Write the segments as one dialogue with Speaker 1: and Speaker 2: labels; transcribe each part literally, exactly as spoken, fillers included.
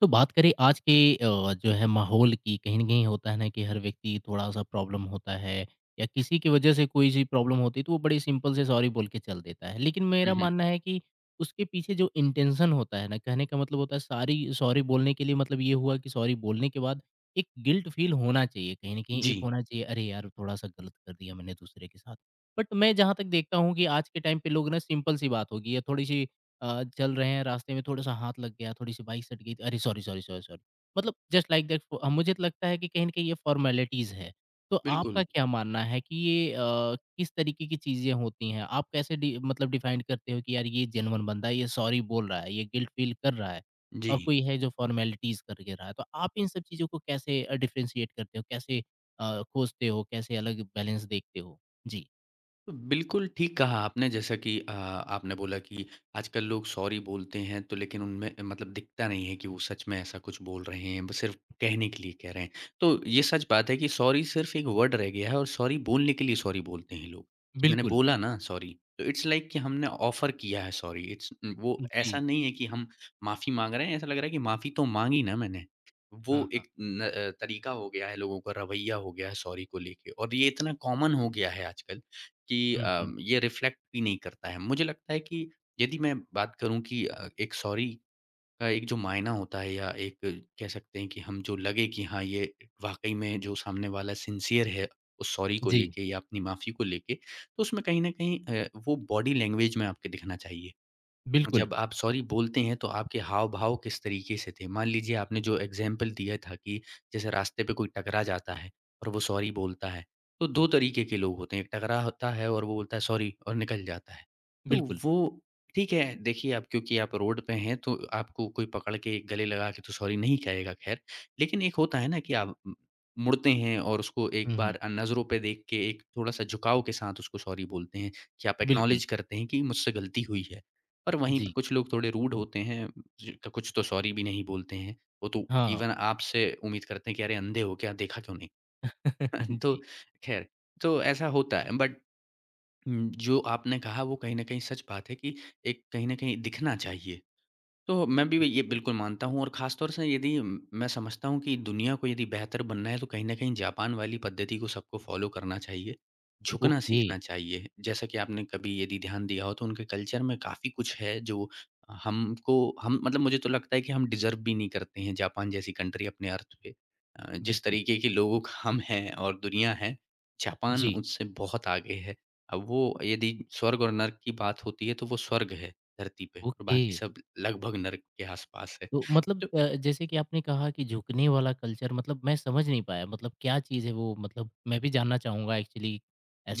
Speaker 1: तो बात करें आज के अ, जो है माहौल की कहीं न कहीं होता है ना कि हर व्यक्ति थोड़ा-सा प्रॉब्लम होता है या किसी की वजह से कोई-सी प्रॉब्लम होती है तो वो बड़े सिंपल से सॉरी बोल के चल देता है। लेकिन
Speaker 2: हुँ,
Speaker 1: मेरा
Speaker 2: हुँ।
Speaker 1: मानना है कि उसके पीछे जो इंटेंशन होता है ना कहने का मतलब होता है सारी सॉरी बोलने के लिए मतलब ये हुआ कि सॉरी बोलने के बाद एक गिल्ट फ़ील होना चाहिए कहीं न कहीं एक
Speaker 2: जी,
Speaker 1: होना चाहिए अरे यार थोड़ा-सा गलत कर दिया मैंने दूसरे के साथ। बट मैं जहाँ तक देखता हूँ कि आज के टाइम पे लोग ना सिंपल सी बात होगी या थोड़ी-सी अ, चल रहे हैं रास्ते में थोड़ा-सा हाथ लग गया, थोड़ी-सी बाइक सट गई, अरे सॉरी, सॉरी, सॉरी, सॉरी। मतलब जस्ट लाइक दैट, अ, मुझे तो लगता है कि कहीं न कहीं ये फ़ॉर्मेलिटीज़ है। तो
Speaker 2: बिल्कुल,
Speaker 1: आपका क्या मानना है कि ये अ, किस तरीके की चीज़ें होती हैं? आप कैसे डि मतलब डिफाइन करते हो कि यार ये जेन्युइन बंदा है, ये सॉरी बोल रहा है, ये गिल्ट फ़ील कर रहा है
Speaker 2: जी।
Speaker 1: और कोई है जो फ़ॉर्मेलिटीज़ करके रहा है। तो आप इन सब चीज़ों को कैसे अ, डिफरेंशिएट करते हो? कैसे अ, खोजते हो? कैसे अलग बैलेंस देखते हो? जी।
Speaker 2: तो बिल्कुल, ठीक कहा आपने जैसा कि अ, आपने बोला कि आजकल लोग सॉरी बोलते हैं तो लेकिन उनमें मतलब दिखता नहीं है कि वो सच में ऐसा कुछ बोल रहे हैं, वो सिर्फ़ कहने के लिए कह रहे हैं। तो ये सच बात है कि सॉरी सिर्फ़ एक वर्ड रह गया है और सॉरी बोलने के लिए सॉरी बोलते हैं लोग। मैंने
Speaker 1: बिल्कुल।
Speaker 2: बोला ना सॉरी, तो इट्स लाइक कि हमने ऑफ़र किया है सॉरी इट्स वो ऐसा
Speaker 1: जी।
Speaker 2: नहीं है कि हम माफ़ी माँग रहे हैं, ऐसा लग रहा है कि माफ़ी तो माँगी ना मैंने। वो
Speaker 1: हाँ, हाँ।
Speaker 2: एक न अ, तरीका हो गया है लोगों का, रवैया हो गया है सॉरी को लेके और ये इतना कॉमन हो गया है आजकल कि
Speaker 1: हुँ,
Speaker 2: अ,
Speaker 1: हुँ।
Speaker 2: ये रिफ्लेक्ट भी नहीं करता है। मुझे लगता है कि यदि मैं बात करूँ कि अ, एक सॉरी का एक जो मायना होता है या एक कह सकते हैं कि हम जो लगे कि हाँ, ये वाक़ई में जो सामने वाला सिंसियर है उस सॉरी को
Speaker 1: जी,
Speaker 2: लेके या अपनी माफ़ी को लेके, तो उसमें कहीं न कहीं अ, वो बॉडी लैंग्वेज में आपके दिखना चाहिए।
Speaker 1: बिल्कुल।
Speaker 2: जब आप सॉरी बोलते हैं तो आपके हाव-भाव किस तरीके से थे? मान लीजिए आपने जो एग्ज़ाम्पल दिया था कि जैसे रास्ते पे कोई टकरा जाता है और वो सॉरी बोलता है, तो दो तरीके के लोग होते हैं, एक टकरा होता है और वो बोलता है सॉरी और निकल जाता है। तो
Speaker 1: बिल्कुल।
Speaker 2: वो ठीक है, देखिए आप क्योंकि आप रोड पे हैं तो आपको कोई पकड़ के गले लगा के तो सॉरी नहीं कहेगा ख़ैर, लेकिन एक होता है ना कि आप उम, मुड़ते हैं और उसको एक
Speaker 1: हुँ, हुँ।
Speaker 2: बार अ, नज़रों पे देख के एक थोड़ा-सा झुकाव के साथ उसको सॉरी बोलते हैं कि आप
Speaker 1: बिल्कुल,
Speaker 2: एक्नॉलेज करते हैं कि मुझसे गलती हुई है। पर वहीं पे
Speaker 1: जी।
Speaker 2: कुछ लोग थोड़े रूड होते हैं, ज तो कुछ तो सॉरी भी नहीं बोलते हैं। वो तो
Speaker 1: हाँ,
Speaker 2: इवन आपसे उम्मीद करते हैं कि अरे अंधे हो क्या, देखा क्यों नहीं? तो
Speaker 1: जी,
Speaker 2: ख़ैर, तो ऐसा होता है बट उम, जो आपने कहा वो कहीं न कहीं सच बात है कि एक कहीं न कहीं दिखना चाहिए। तो मैं भी ये
Speaker 1: बिल्कुल।
Speaker 2: बिल्कुल मानता हूँ और ख़ास तौर से यदि मैं समझता हूँ कि दुनिया को यदि बेहतर बनना है तो कहीं न कहीं जापान वाली पद्धति को सबको फ़ॉलो करना चाहिए, झुकना
Speaker 1: ओके,
Speaker 2: सीखना चाहिए। जैसा कि आपने कभी यदि ध्यान दिया हो तो उनके कल्चर में काफ़ी कुछ है जो हमको हम मतलब मुझे तो लगता है कि हम डिज़र्व भी नहीं करते हैं जापान जैसी कंट्री अपने अर्थ पे। अ, जिस
Speaker 1: बिल्कुल।
Speaker 2: तरीके के लोग हम हैं और दुनिया है, जापान
Speaker 1: जी,
Speaker 2: उससे बहुत आगे है। अब वो यदि स्वर्ग और नर्क की बात होती है तो वो स्वर्ग है। धरती पे और
Speaker 1: ओके।
Speaker 2: बाकी सब लगभग नर्क के आसपास है।
Speaker 1: तो मतलब
Speaker 2: तो
Speaker 1: अ, जैसे कि आपने कहा कि झुकने वाला कल्चर मतलब मैं समझ नहीं पाया मतलब क्या चीज़ है वो? मतलब मैं भी जानना चाहूँगा एक्चुअली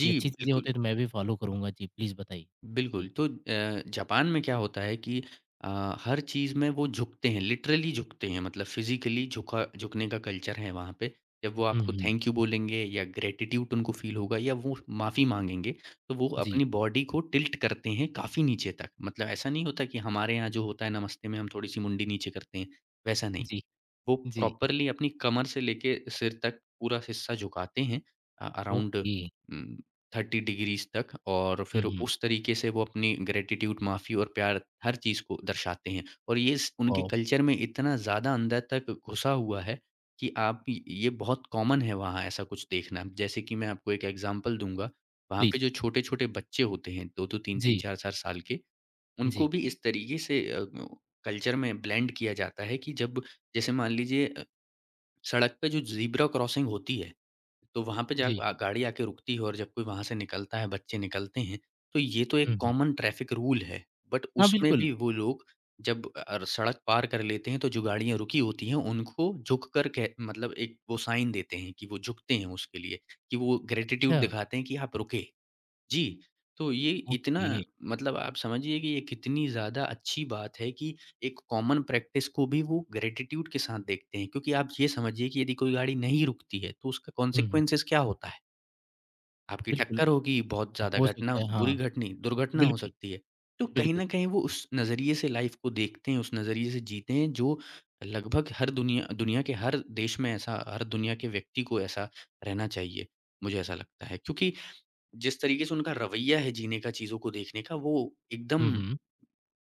Speaker 2: जी,
Speaker 1: अच्छी चीज़ें होती
Speaker 2: बिल्कुल,
Speaker 1: हैं तो मैं भी फ़ॉलो करूँगा। जी, प्लीज़ बताइए?
Speaker 2: बिल्कुल।
Speaker 1: जी।
Speaker 2: तो अ, जापान में क्या होता है कि अ, हर चीज़ में वो झुकते हैं, लिटरली झुकते हैं मतलब फिज़िकली झुका झुकने का कल्चर है वहाँ पे। जब वो
Speaker 1: हुँ,
Speaker 2: आपको
Speaker 1: हुँ।
Speaker 2: थैंक यू बोलेंगे या ग्रैटिट्यूड उनको फ़ील होगा या वो माफ़ी माँगेंगे, तो वो
Speaker 1: जी,
Speaker 2: अपनी बॉडी को टिल्ट करते हैं काफ़ी नीचे तक। मतलब ऐसा नहीं होता कि हमारे यहाँ जो होता है नमस्ते में हम थोड़ी-सी मुंडी नीचे करते हैं, वैसा नहीं।
Speaker 1: जी,
Speaker 2: वो
Speaker 1: जी।
Speaker 2: प्रॉपरली अपनी कमर से लेके सिर तक पूरा हिस्सा झुकाते हैं अ, अराउंड
Speaker 1: ओके।
Speaker 2: उम, तीस डिग्रीज़ तक और
Speaker 1: हुँ,
Speaker 2: फिर
Speaker 1: हुँ।
Speaker 2: उस तरीके से वो अपनी ग्रैटिट्यूड, माफ़ी और प्यार हर चीज़ को दर्शाते हैं। और ये स उनके
Speaker 1: वॉव!
Speaker 2: कल्चर में इतना ज़्यादा अंदर तक घुसा हुआ है कि आप य ये बहुत कॉमन है वहाँ ऐसा कुछ देखना। जैसे कि मैं आपको एक एग्ज़ाम्पल दूँगा, वहाँ पे
Speaker 1: प्लीज़।
Speaker 2: जो छोटे-छोटे बच्चे होते हैं दो दो, तीन तीन,
Speaker 1: जी,
Speaker 2: चार चार साल के उनको
Speaker 1: जी,
Speaker 2: भी इस तरीके से अ, ग कल्चर में ब्लेंड किया जाता है कि जब जैसे मान लीजिए अ, सड़क पे जो ज़ीब्रा क्रॉसिंग होती है, तो वहाँ पे जा
Speaker 1: जी।
Speaker 2: अ, गाड़ी आके रुकती है और जब कोई वहाँ से निकलता है, बच्चे निकलते हैं, तो ये तो
Speaker 1: हुँ,
Speaker 2: एक
Speaker 1: हुँ।
Speaker 2: कॉमन ट्रैफ़िक रूल है। बट
Speaker 1: हाँ,
Speaker 2: उसमें
Speaker 1: बिल्कुल।
Speaker 2: भी वो लोग जब अ अ, सड़क पार कर लेते हैं, तो जो गाड़ियाँ रुकी होती हैं, उनको झुक कर कह मतलब एक वो साइन देते हैं कि वो झुकते हैं उसके लिए, कि वो ग्रैटिट्यूड
Speaker 1: अच्छा,
Speaker 2: दिखाते हैं कि आप रुके। जी, तो ये इतना
Speaker 1: ओके।
Speaker 2: मतलब आप समझिए कि ये कितनी ज़्यादा अच्छी बात है कि एक कॉमन प्रैक्टिस को भी वो ग्रैटिट्यूड के साथ देखते हैं। क्योंकि आप ये समझिए कि यदि कोई गाड़ी नहीं रुकती है, तो उसका
Speaker 1: हुँ, हुँ।
Speaker 2: कॉन्सेक्वेंसेस क्या होता है? आपकी
Speaker 1: बिल्कुल।
Speaker 2: टक्कर होगी, बहुत ज़्यादा
Speaker 1: हो
Speaker 2: घटना
Speaker 1: सकता है,
Speaker 2: बुरी
Speaker 1: हाँ।
Speaker 2: घटनी दुर्घटना हो
Speaker 1: बिल्कुल,
Speaker 2: सकती है। तो कहीं
Speaker 1: बिल्कुल।
Speaker 2: न कहीं वो उस नज़रिए से लाइफ़ को देखते हैं, उस नज़रिए से जीते हैं जो लगभग हर दुनिया दुनिया के हर देश में ऐसा हर दुनिया के व्यक्ति को ऐसा रहना चाहिए, मुझे ऐसा लगता है। क्योंकि जिस तरीके से उनका रवैया है जीने का, चीज़ों को देखने का, वो
Speaker 1: हुँ,
Speaker 2: एकदम
Speaker 1: हुँ।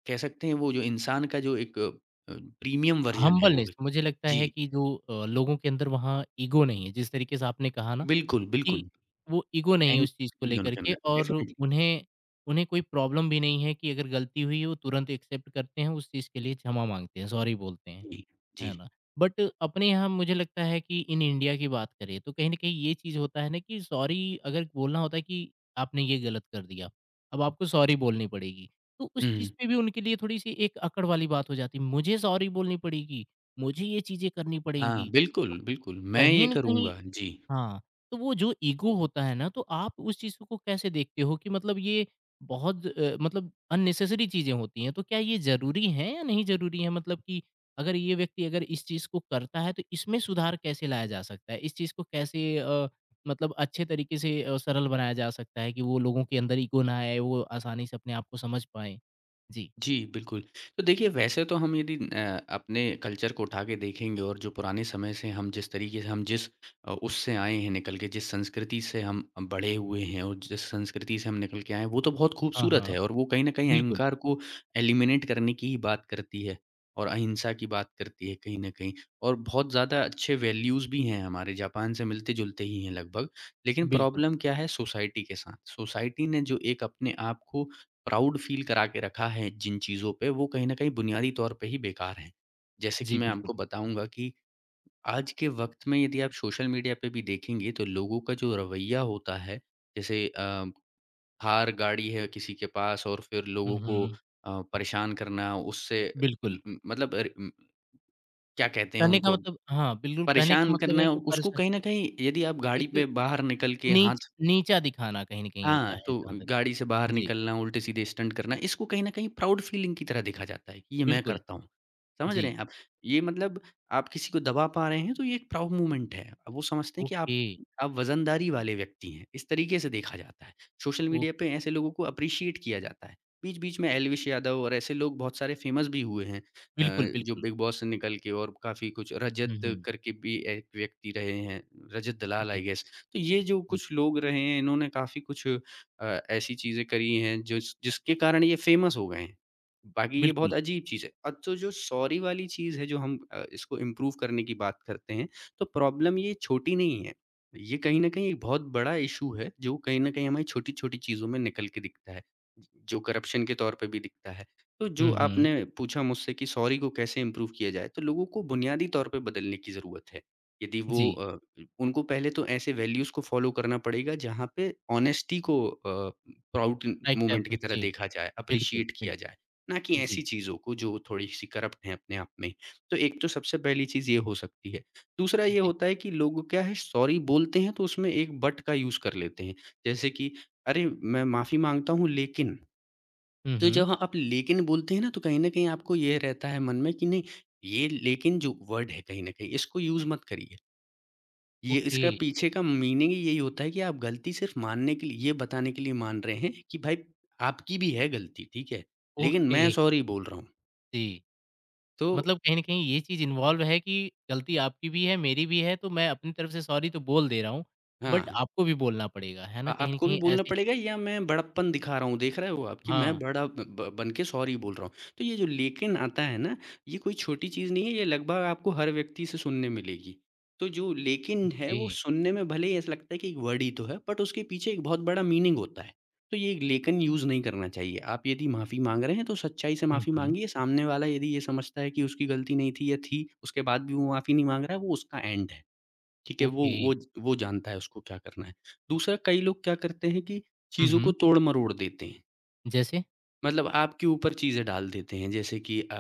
Speaker 2: कह सकते हैं वो जो इंसान का जो एक अ, प्रीमियम वर्ज़न है वो
Speaker 1: हम्बलनेस
Speaker 2: एक।
Speaker 1: मुझे लगता
Speaker 2: जी,
Speaker 1: है कि जो अ, लोगों के अंदर वहाँ ईगो नहीं है, जिस तरीके से आपने कहा ना
Speaker 2: बिल्कुल,
Speaker 1: कि
Speaker 2: बिल्कुल।
Speaker 1: वो ईगो नहीं
Speaker 2: एंग
Speaker 1: है उस चीज़ को
Speaker 2: नहीं है
Speaker 1: लेकर
Speaker 2: उनके
Speaker 1: के
Speaker 2: अंदर,
Speaker 1: और
Speaker 2: डेफ़िनिटली।
Speaker 1: उन्हें उन्हें कोई प्रॉब्लम भी नहीं है कि अगर गलती हुई है, वो तुरंत एक्सेप्ट करते हैं, उस चीज़ के लिए क्षमा माँगते हैं, सॉरी बोलते हैं।
Speaker 2: जी, जी।
Speaker 1: है ना? बट अपने यहाँ मुझे लगता है कि इन इंडिया की बात करें तो कहीं न कहीं ये चीज़ होता है ना कि सॉरी अगर बोलना होता है कि आपने ये गलत कर दिया, अब आपको सॉरी बोलनी पड़ेगी। तो उस
Speaker 2: हुँ,
Speaker 1: चीज़
Speaker 2: हुँ।
Speaker 1: पे भी उनके लिए थोड़ी-सी एक अकड़ वाली बात हो जाती है, मुझे सॉरी बोलनी पड़ेगी, मुझे ये चीज़ें करनी
Speaker 2: हाँ,
Speaker 1: पड़ेंगी। तो
Speaker 2: बिल्कुल, बिल्कुल। मैं ये
Speaker 1: कहीं न कहीं
Speaker 2: करूँगा। जी।
Speaker 1: हाँ, तो वो जो ईगो होता है ना, तो आप उस चीज़ को कैसे देखते हो कि मतलब ये बहुत अ, मतलब अननेसेसरी चीज़ें होती हैं, तो क्या ये ज़रूरी हैं या नहीं ज़रूरी हैं? मतलब कि अगर ये व्यक्ति अगर इस चीज़ को करता है, तो इसमें सुधार कैसे लाया जा सकता है? इस चीज़ को कैसे अ, मतलब अच्छे तरीके से अ, सरल बनाया जा सकता है कि वो लोगों के अंदर ईगो ना आए, वो आसानी से अपने आप को समझ पाएँ? जी।
Speaker 2: जी, बिल्कुल। तो देखिए वैसे तो हम यदि अ, अपने कल्चर को उठा के देखेंगे और जो पुराने समय से हम जिस तरीके से हम जिस अ, उससे आए हैं निकल के, जिस संस्कृति से हम बड़े हुए हैं और जिस संस्कृति से हम निकल के आए हैं, वो तो बहुत
Speaker 1: हाँ,
Speaker 2: खूबसूरत
Speaker 1: हाँ।
Speaker 2: है और वो कहीं न कहीं
Speaker 1: बिल्कुल,
Speaker 2: अहंकार को एलिमिनेट करने की ही बात करती है और अहिंसा की बात करती है कहीं न कहीं और बहुत ज़्यादा अच्छे वैल्यूज़ भी हैं हमारे, जापान से मिलते-जुलते ही हैं लगभग। लेकिन
Speaker 1: बिल्कुल।
Speaker 2: प्रॉब्लम क्या है? सोसाइटी के साथ। सोसाइटी ने जो एक अपने आप को प्राउड फील करा के रखा है जिन चीज़ों पे, वो कहीं न कहीं बुनियादी तौर पे ही बेकार हैं। जैसे कि
Speaker 1: जी,
Speaker 2: मैं
Speaker 1: बिल्कुल।
Speaker 2: आपको बताऊँगा कि आज के वक़्त में यदि आप सोशल मीडिया पे भी देखेंगे तो लोगों का जो रवैया होता है, जैसे अ, थार गाड़ी है किसी के पास और फिर
Speaker 1: हुँ,
Speaker 2: लोगों को
Speaker 1: हुँ।
Speaker 2: अ, परेशान करना उससे
Speaker 1: बिल्कुल।
Speaker 2: उम, मतलब अर उम, क्या कहते हैं
Speaker 1: कहने का
Speaker 2: उनको?
Speaker 1: मतलब हाँ, बिल्कुल कहने का
Speaker 2: परेशान
Speaker 1: मतलब है
Speaker 2: करना
Speaker 1: कि
Speaker 2: उसको
Speaker 1: पर्सन
Speaker 2: कहीं न कहीं यदि आप गाड़ी
Speaker 1: एक
Speaker 2: पे बाहर निकल के
Speaker 1: नीच
Speaker 2: हाथ
Speaker 1: नीचा दिखाना कहीं न कहीं होता
Speaker 2: हाँ,
Speaker 1: है
Speaker 2: तो
Speaker 1: जहाँ तक
Speaker 2: गाड़ी से बाहर
Speaker 1: जी,
Speaker 2: निकलना, उल्टे-सीधे स्टंट करना, इसको कहीं न कहीं प्राउड फीलिंग की तरह देखा जाता है कि ये मैं
Speaker 1: बिल्कुल,
Speaker 2: करता हूँ। समझ रहे
Speaker 1: जी।
Speaker 2: हैं आप? ये मतलब आप किसी को दबा पा रहे हैं तो ये एक प्राउड मूवमेंट है। अब वो समझते हैं कि आप
Speaker 1: ओके,
Speaker 2: आप वज़नदारी वाले व्यक्ति हैं, इस तरीके से देखा जाता है। सोशल मीडिया पे
Speaker 1: ओके,
Speaker 2: ऐसे लोगों को एप्रिशिएट किया जाता है। बीच-बीच में एल्विश यादव और ऐसे लोग बहुत सारे फेमस भी हुए हैं
Speaker 1: बिल्कुल,
Speaker 2: अ, जो
Speaker 1: बिल्कुल।
Speaker 2: बिग बॉस से निकल के और काफ़ी कुछ रजत
Speaker 1: हुँ, हुँ।
Speaker 2: करके भी एक व्यक्ति रहे हैं, रजत दलाल आई
Speaker 1: जी,
Speaker 2: गेस। तो ये जो
Speaker 1: हुँ,
Speaker 2: कुछ लोग रहे हैं इन्होंने काफ़ी कुछ अ, ऐसी चीज़ें करी हैं जिस जिसके कारण ये फ़ेमस हो गए हैं। बाकी ये बहुत
Speaker 1: बिल्कुल।
Speaker 2: अजीब चीज़ है। अब तो जो सॉरी वाली चीज़ है जो हम अ, इसको इम्प्रूव करने की बात करते हैं तो प्रॉब्लम ये छोटी नहीं है। ये कहीं न कहीं एक बहुत बड़ा इश्यू है जो कहीं न कहीं हमारी छोटी-छोटी चीज़ों में निकल के दिखता है। जो करप्शन के तौर पे भी दिखता है। तो जो
Speaker 1: हुँ, हुँ।
Speaker 2: आपने पूछा मुझसे कि सॉरी को कैसे इम्प्रूव किया जाए, तो लोगों को बुनियादी तौर पे बदलने की ज़रूरत है। यदि वो
Speaker 1: जी,
Speaker 2: अ, उनको पहले तो ऐसे वैल्यूज़ को फ़ॉलो करना पड़ेगा जहाँ पे ऑनेस्टी को uh, proud
Speaker 1: right
Speaker 2: movement
Speaker 1: type
Speaker 2: की तरह
Speaker 1: जी,
Speaker 2: देखा जाए,
Speaker 1: बिल्कुल,
Speaker 2: एप्रिशिएट किया
Speaker 1: बिल्कुल।
Speaker 2: जाए, ना कि ऐसी
Speaker 1: जी,
Speaker 2: चीज़ों को जो थोड़ी-सी करप्ट हैं अपने आप में। तो एक तो सबसे पहली चीज़ ये हो सकती है। दूसरा ये
Speaker 1: जी।
Speaker 2: होता है कि लोग क्या है सॉरी बोलते हैं तो उसमें एक बट का यूज़ कर लेते हैं। जैसे कि अरे! मैं माफ़ी माँगता हूँ लेकिन,
Speaker 1: हुँ,
Speaker 2: तो
Speaker 1: हुँ।
Speaker 2: जब आप लेकिन बोलते हैं ना तो कहीं न कहीं आपको ये रहता है मन में कि नहीं, ये लेकिन जो वर्ड है कहीं न कहीं इसको यूज़ मत करिए। ये
Speaker 1: ओके,
Speaker 2: इसका पीछे का मीनिंग ही यही होता है कि आप गलती सिर्फ़ मानने के लिए ये बताने के लिए मान रहे हैं कि भाई आपकी भी है गलती, ठीक है? लेकिन
Speaker 1: ओके,
Speaker 2: मैं सॉरी बोल रहा हूँ।
Speaker 1: जी।
Speaker 2: तो
Speaker 1: मतलब कहीं न कहीं ये चीज़ इन्वॉल्व है कि गलती आपकी भी है, मेरी भी है, तो मैं अपनी तरफ से सॉरी तो बोल दे रहा हूँ, बट
Speaker 2: हाँ,
Speaker 1: आपको भी बोलना पड़ेगा, है
Speaker 2: अ,
Speaker 1: ना? कहीं न
Speaker 2: आपको भी
Speaker 1: कहीं
Speaker 2: बोलना
Speaker 1: ऐसी चीज़
Speaker 2: पड़ेगा या मैं बड़प्पन दिखा रहा हूँ, देख रहे हो आप कि मैं
Speaker 1: हाँ,
Speaker 2: बड़ा ब ब बन के सॉरी बोल रहा हूँ। तो ये जो लेकिन आता है ना, ये कोई छोटी चीज़ नहीं है, ये लगभग आपको हर व्यक्ति से सुनने मिलेगी। तो जो लेकिन है
Speaker 1: ओके।
Speaker 2: वो सुनने में भले ही ऐसा लगता है कि एक वर्ड ही तो है, बट उसके पीछे एक बहुत बड़ा मीनिंग होता है। तो ये लेकिन यूज़ नहीं करना चाहिए। आप यदि माफ़ी माँग रहे हैं तो सच्चाई से
Speaker 1: हुँ,
Speaker 2: माफ़ी
Speaker 1: हुँ।
Speaker 2: माँगिए, सामने वाला यदि ये समझता है कि उसकी गलती नहीं थी या थी, उसके बाद भी वो माफ़ी नहीं माँग रहा है, वो उसका एंड है। ठीक है, वो
Speaker 1: ओके।
Speaker 2: वो ज वो जानता है उसको क्या करना है। दूसरा कई लोग क्या करते हैं कि
Speaker 1: हुँ,
Speaker 2: चीज़ों को
Speaker 1: हुँ।
Speaker 2: तोड़-मरोड़ देते हैं।
Speaker 1: जैसे?
Speaker 2: मतलब आपके ऊपर चीज़ें डाल देते हैं जैसे कि अ,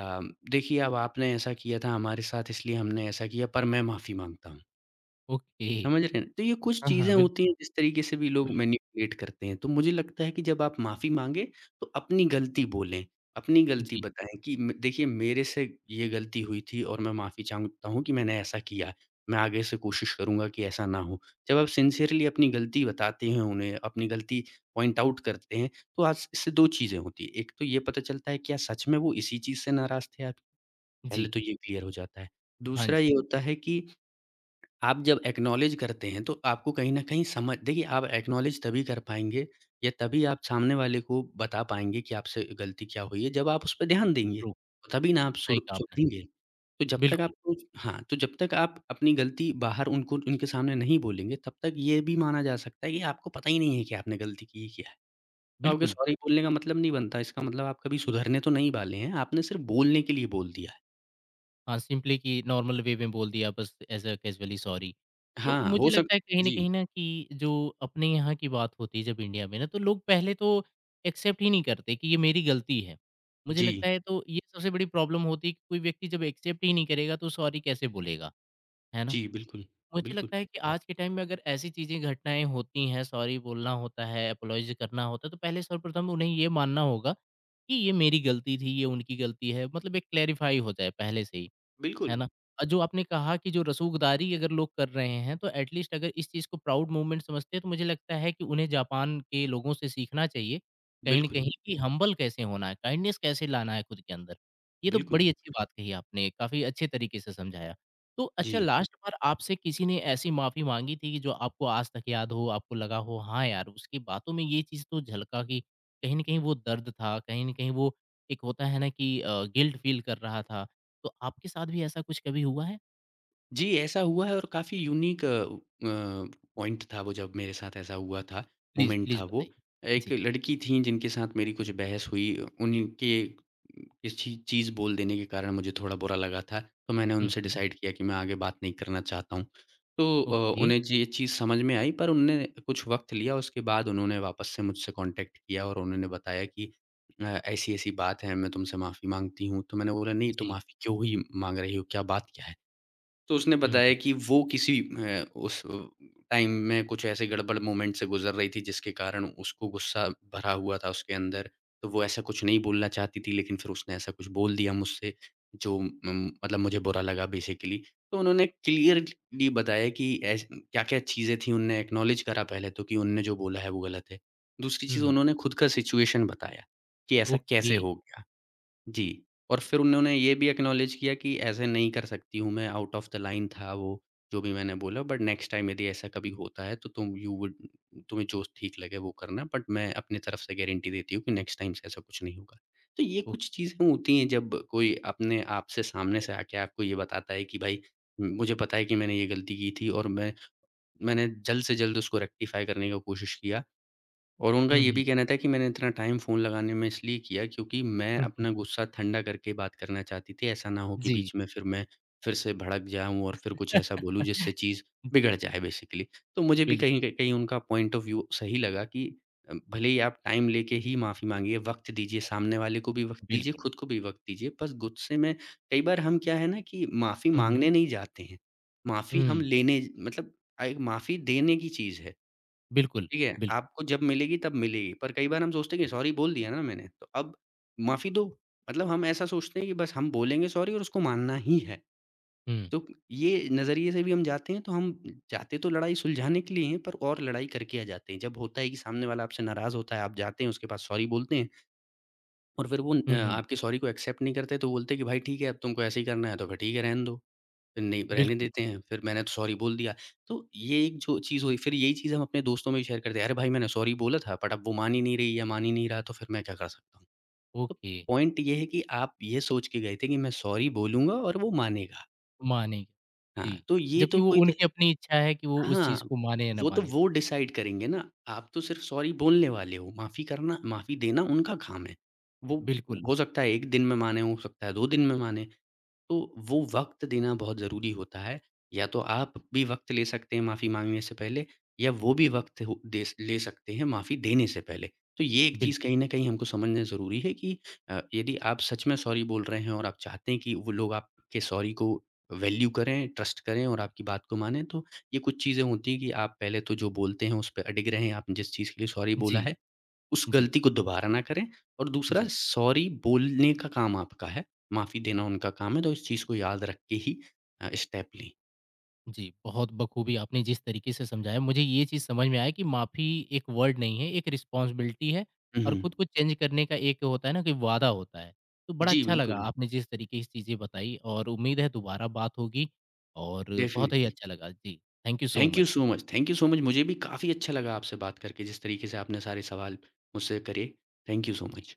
Speaker 2: देखिए अब आपने ऐसा किया था हमारे साथ इसलिए हमने ऐसा किया पर मैं माफ़ी माँगता हूँ।
Speaker 1: ओके।
Speaker 2: समझ रहे हैं। तो ये कुछ
Speaker 1: हाँ,
Speaker 2: चीज़ें
Speaker 1: हाँ,
Speaker 2: होती
Speaker 1: बिल्कुल।
Speaker 2: हैं जिस तरीके से भी लोग मैनिपुलेट करते हैं। तो मुझे लगता है कि जब आप माफ़ी माँगे तो अपनी गलती बोलें, अपनी गलती
Speaker 1: जी,
Speaker 2: बताएँ कि म देखिए मेरे से ये गलती हुई थी और मैं माफ़ी चाहता हूँ कि मैंने ऐसा किया। मैं आगे से कोशिश करूँगा कि ऐसा ना हो। जब आप सिंसियरली अपनी गलती बताते हैं उन्हें, अपनी गलती पॉइंट आउट करते हैं तो आज इससे दो चीज़ें होती हैं। एक तो ये पता चलता है क्या सच में वो इसी चीज़ से नाराज़ थे आप? पहले
Speaker 1: जी।
Speaker 2: तो ये क्लियर हो जाता है।
Speaker 1: हाँ
Speaker 2: दूसरा ये
Speaker 1: जी,
Speaker 2: होता है कि आप जब एक्नॉलेज करते हैं, तो आपको कहीं न कहीं समझ देखिए आप एक्नॉलेज तभी कर पाएँगे या तभी आप सामने वाले को बता पाएँगे कि आपसे गलती क्या हुई है, जब आप उस पे ध्यान देंगे,
Speaker 1: ट्रू,
Speaker 2: तो तभी ना आप
Speaker 1: सही
Speaker 2: सुर
Speaker 1: कहा आपने।
Speaker 2: सुधरेंगे। तो जब तक
Speaker 1: बिल्कुल,
Speaker 2: आपको हाँ, तो जब तक आप अपनी गलती बाहर उनको उनके सामने नहीं बोलेंगे, तब तक ये भी माना जा सकता है कि आपको पता ही नहीं है कि आपने गलती की है क्या है। तो आपके
Speaker 1: बिल्कुल।
Speaker 2: सॉरी बोलने का मतलब नहीं बनता, इसका मतलब आप कभी सुधरने तो नहीं वाले हैं, आपने सिर्फ़ बोलने के लिए बोल दिया है।
Speaker 1: हाँ, सिंपली कि नॉर्मल वे में बोल दिया बस ऐज़ अ कैज़ुअली सॉरी। तो
Speaker 2: हाँ, हो
Speaker 1: मुझे
Speaker 2: सक
Speaker 1: लगता है कहीं न
Speaker 2: जी,
Speaker 1: कहीं ना कि जो अपने यहाँ की बात होती है जब इंडिया में ना तो लोग पहले तो एक्सेप्ट ही नहीं करते कि ये मेरी गलती है। मुझे
Speaker 2: जी,
Speaker 1: लगता है तो ये सबसे बड़ी प्रॉब्लम होती है कि कोई व्यक्ति जब एक्सेप्ट ही नहीं करेगा तो सॉरी कैसे बोलेगा, है ना?
Speaker 2: जी, बिल्कुल,
Speaker 1: मुझे
Speaker 2: बिल्कुल,
Speaker 1: लगता है कि आज के टाइम में अगर ऐसी चीज़ें घटनाएँ होती हैं, सॉरी बोलना होता है, एपोलॉजी करना होता है, तो पहले सर्वप्रथम उन्हें ये मानना होगा कि ये मेरी गलती थी, ये उनकी गलती है। मतलब एक क्लैरिफ़ाई हो जाए पहले से ही। है
Speaker 2: बिल्कुल।
Speaker 1: ना? और जो आपने कहा कि जो रसूखदारी अगर लोग कर रहे हैं, तो एट लीस्ट अगर इस चीज़ को प्राउड मूवमेंट समझते हैं, तो मुझे लगता है कि उन्हें जापान के लोगों से सीखना चाहिए, कहीं न
Speaker 2: बिल्कुल,
Speaker 1: कहीं कि हम्बल कैसे होना है, काइंडनेस कैसे लाना है खुद के अंदर। ये तो
Speaker 2: बिल्कुल।
Speaker 1: बड़ी अच्छी बात कही आपने, काफ़ी अच्छे तरीके से समझाया। तो
Speaker 2: जी।
Speaker 1: अच्छा लास्ट बार आपसे किसी ने ऐसी माफ़ी माँगी थी कि जो आपको आज तक याद हो, आपको लगा हो हाँ यार, उसकी बातों में ये चीज़ तो झलका कि कहीं न कहीं वो दर्द था, कहीं न कहीं वो एक होता है ना कि अ, गिल्ट फ़ील कर रहा था तो आपके साथ भी ऐसा कुछ कभी हुआ है?
Speaker 2: जी, ऐसा हुआ है और काफ़ी यूनिक अ, पॉइंट था वो जब मेरे साथ ऐसा हुआ था,
Speaker 1: प्लीज़,
Speaker 2: मोमेंट था
Speaker 1: प्लीज़
Speaker 2: वो।
Speaker 1: बताइए?
Speaker 2: एक
Speaker 1: जी।
Speaker 2: लड़की थीं जिनके साथ मेरी कुछ बहस हुई, उनके किसी चीज़ बोल देने के कारण मुझे थोड़ा बुरा लगा था, तो मैंने
Speaker 1: हुँ,
Speaker 2: उनसे
Speaker 1: हुँ।
Speaker 2: डिसाइड किया कि मैं आगे बात नहीं करना चाहता हूँ। तो अ,
Speaker 1: ओके।
Speaker 2: उन्हें जी ये चीज़ समझ में आई पर उनने कुछ वक़्त लिया, उसके बाद उन्होंने वापस से मुझसे कॉन्टैक्ट किया और उन्होंने बताया कि अ, ऐसी-ऐसी बात है, मैं तुमसे माफ़ी माँगती हूँ। तो मैंने बोला, "नहीं, तो
Speaker 1: जी।
Speaker 2: माफ़ी क्यों ही माँग रही हो, क्या बात क्या है?" तो उसने
Speaker 1: हुँ,
Speaker 2: बताया
Speaker 1: हुँ।
Speaker 2: कि वो किसी अ, उस टाइम में कुछ ऐसे गड़बड़ मोमेंट से गुज़र रही थी जिसके कारण उसको गुस्सा भरा हुआ था उसके अंदर। तो वो ऐसा कुछ नहीं बोलना चाहती थी लेकिन फिर उसने ऐसा कुछ बोल दिया मुझसे जो उम, मतलब मुझे बुरा लगा बेसिकली। तो उन्होंने क्लियरली बताया कि ऐस क्या-क्या चीज़ें थी उन्होंने एक्नॉलेज करा पहले तो कि उन्होंने जो बोला है वो गलत है। दूसरी
Speaker 1: हुँ,
Speaker 2: चीज़
Speaker 1: हुँ।
Speaker 2: उन्होंने खुद का सिचुएशन बताया कि ऐसा कैसे
Speaker 1: ओके,
Speaker 2: हो गया। जी, और फिर उन्होंने ये भी एक्नॉलेज किया कि ऐसे नहीं कर सकती हूँ मैं, आउट ऑफ द लाइन था वो, जो भी मैंने बोला बट नेक्स्ट टाइम यदि ऐसा कभी होता है तो तुम यू वुड तुम्हें जो ठीक लगे वो करना बट मैं अपनी तरफ से गारंटी देती हूँ कि नेक्स्ट टाइम से ऐसा कुछ नहीं होगा। तो ये कुछ
Speaker 1: ओके।
Speaker 2: चीज़ें होती हैं जब कोई अपने आप से सामने से आके आपको ये बताता है कि भाई मुझे पता है कि मैंने ये गलती की थी और मैं मैंने जल्द से जल्द उसको रेक्टिफ़ाई करने का कोशिश किया। और उनका
Speaker 1: हुँ,
Speaker 2: ये
Speaker 1: हुँ।
Speaker 2: भी कहना था कि मैंने इतना टाइम फ़ोन लगाने में इसलिए किया क्योंकि मैं
Speaker 1: हुँ, हुँ।
Speaker 2: अपना गुस्सा ठंडा करके बात करना चाहती थी। ऐसा ना हो कि
Speaker 1: जी।
Speaker 2: बीच में फिर मैं फिर से भड़क जाऊँ और फिर कुछ ऐसा बोलूँ जिससे चीज़
Speaker 1: जी,
Speaker 2: बिगड़ जाए बेसिकली। तो मुझे भी
Speaker 1: बिल्कुल,
Speaker 2: कहीं क कहीं उनका पॉइंट ऑफ व्यू सही लगा कि अ, भले ही आप टाइम लेके ही माफ़ी माँगिए, वक़्त दीजिए, सामने वाले को भी वक़्त दीजिए,
Speaker 1: बिल्कुल।
Speaker 2: खुद को भी वक़्त दीजिए। बस गुस्से में कई बार हम क्या है ना कि माफ़ी
Speaker 1: हुँ,
Speaker 2: माँगने
Speaker 1: हुँ।
Speaker 2: नहीं जाते हैं, माफ़ी हम
Speaker 1: हुँ,
Speaker 2: लेने मतलब अ, एक माफ़ी देने की चीज़ है।
Speaker 1: बिल्कुल,
Speaker 2: ठीक है?
Speaker 1: बिल्कुल।
Speaker 2: आपको जब मिलेगी तब मिलेगी, पर कई बार हम सोचते हैं कि
Speaker 1: जी।
Speaker 2: सॉरी बोल दिया ना मैंने, तो अब माफ़ी दो। मतलब हम ऐसा सोचते हैं कि बस हम बोलेंगे सॉरी और उसको मानना ही है।
Speaker 1: हुँ।
Speaker 2: तो ये नज़रिए से भी हम जाते हैं, तो हम जाते तो लड़ाई सुलझाने के लिए हैं, पर और लड़ाई करके आ जाते हैं। जब होता है कि सामने वाला आपसे नाराज़ होता है, आप जाते हैं उसके पास सॉरी बोलते हैं और फिर वो अ,
Speaker 1: हुँ, हुँ।
Speaker 2: आपके सॉरी को एक्सेप्ट नहीं करते, तो बोलते हैं कि भाई ठीक है, अब तुमको ऐसे ही करना है, तो फिर ठीक है, रहने दो। नहीं, रहने
Speaker 1: बिल्कुल।
Speaker 2: देते हैं, फिर मैंने तो सॉरी बोल दिया। तो ये एक जो चीज़ हुई, फिर यही चीज़ हम अपने दोस्तों में भी शेयर करते हैं, "अरे भाई! मैंने सॉरी बोला था, बट अब वो मान ही नहीं रही या मान ही नहीं रहा, तो फिर मैं क्या कर सकता हूँ?" तो
Speaker 1: ओके,
Speaker 2: पॉइंट ये है कि आप ये सोच के गए थे कि मैं सॉरी बोलूँगा और वो मानेगा।
Speaker 1: मानेंगे।
Speaker 2: हाँ,
Speaker 1: जी।
Speaker 2: तो ये
Speaker 1: जबकि
Speaker 2: तो
Speaker 1: वो
Speaker 2: कोई त
Speaker 1: उनकी अपनी इच्छा है कि वो उस
Speaker 2: हाँ,
Speaker 1: चीज़ को माने या ना
Speaker 2: वो तो
Speaker 1: माने।
Speaker 2: वो डिसाइड करेंगे ना, आप तो सिर्फ़ सॉरी बोलने वाले हो, माफ़ी करना माफ़ी देना उनका काम है। वो
Speaker 1: बिल्कुल,
Speaker 2: हो सकता है एक दिन में माने, हो सकता है दो दिन में माने। तो वो वक़्त देना बहुत ज़रूरी होता है। या तो आप भी वक़्त ले सकते हैं माफ़ी माँगने से पहले या वो भी वक़्त हो दे स ले सकते हैं माफ़ी देने से पहले। तो ये एक चीज़
Speaker 1: बिल्कुल।
Speaker 2: कहीं न कहीं हमको समझना ज़रूरी है कि अ, यदि आप सच में सॉरी बोल रहे हैं और आप चाहते हैं कि वो लोग आपके सॉरी को वैल्यू करें, ट्रस्ट करें और आपकी बात को मानें, तो ये कुछ चीज़ें होती हैं कि आप पहले तो जो बोलते हैं उस पे अडिग रहें, आपने जिस चीज़ के लिए सॉरी बोला
Speaker 1: जी,
Speaker 2: है। उस
Speaker 1: जी,
Speaker 2: गलती को दोबारा ना करें और दूसरा
Speaker 1: जी।
Speaker 2: सॉरी बोलने का काम आपका है, माफ़ी देना उनका काम है, तो इस चीज़ को याद रख के ही अ, स्टेप लें।
Speaker 1: जी, बहुत बखूबी आपने जिस तरीके से समझाया, मुझे ये चीज़ समझ में आया कि माफ़ी एक वर्ड नहीं है, एक रिस्पॉन्सिबिलिटी है
Speaker 2: हुँ,
Speaker 1: और
Speaker 2: हुँ।
Speaker 1: खुद को चेंज करने का एक होता है ना कि वादा होता है। तो बड़ा
Speaker 2: जी,
Speaker 1: अच्छा लगा
Speaker 2: बिल्कुल,
Speaker 1: आपने जिस तरीके की चीज़ें बताई और उम्मीद है दोबारा बात होगी और बहुत ही
Speaker 2: डेफ़िनिटली।
Speaker 1: अच्छा लगा। जी, thank you so
Speaker 2: thank you
Speaker 1: much.
Speaker 2: So much, thank you so much. मुझे भी काफ़ी अच्छा लगा आपसे बात करके, जिस तरीके से आपने सारे सवाल मुझसे करे। थैंक यू सो
Speaker 1: जी।
Speaker 2: मच।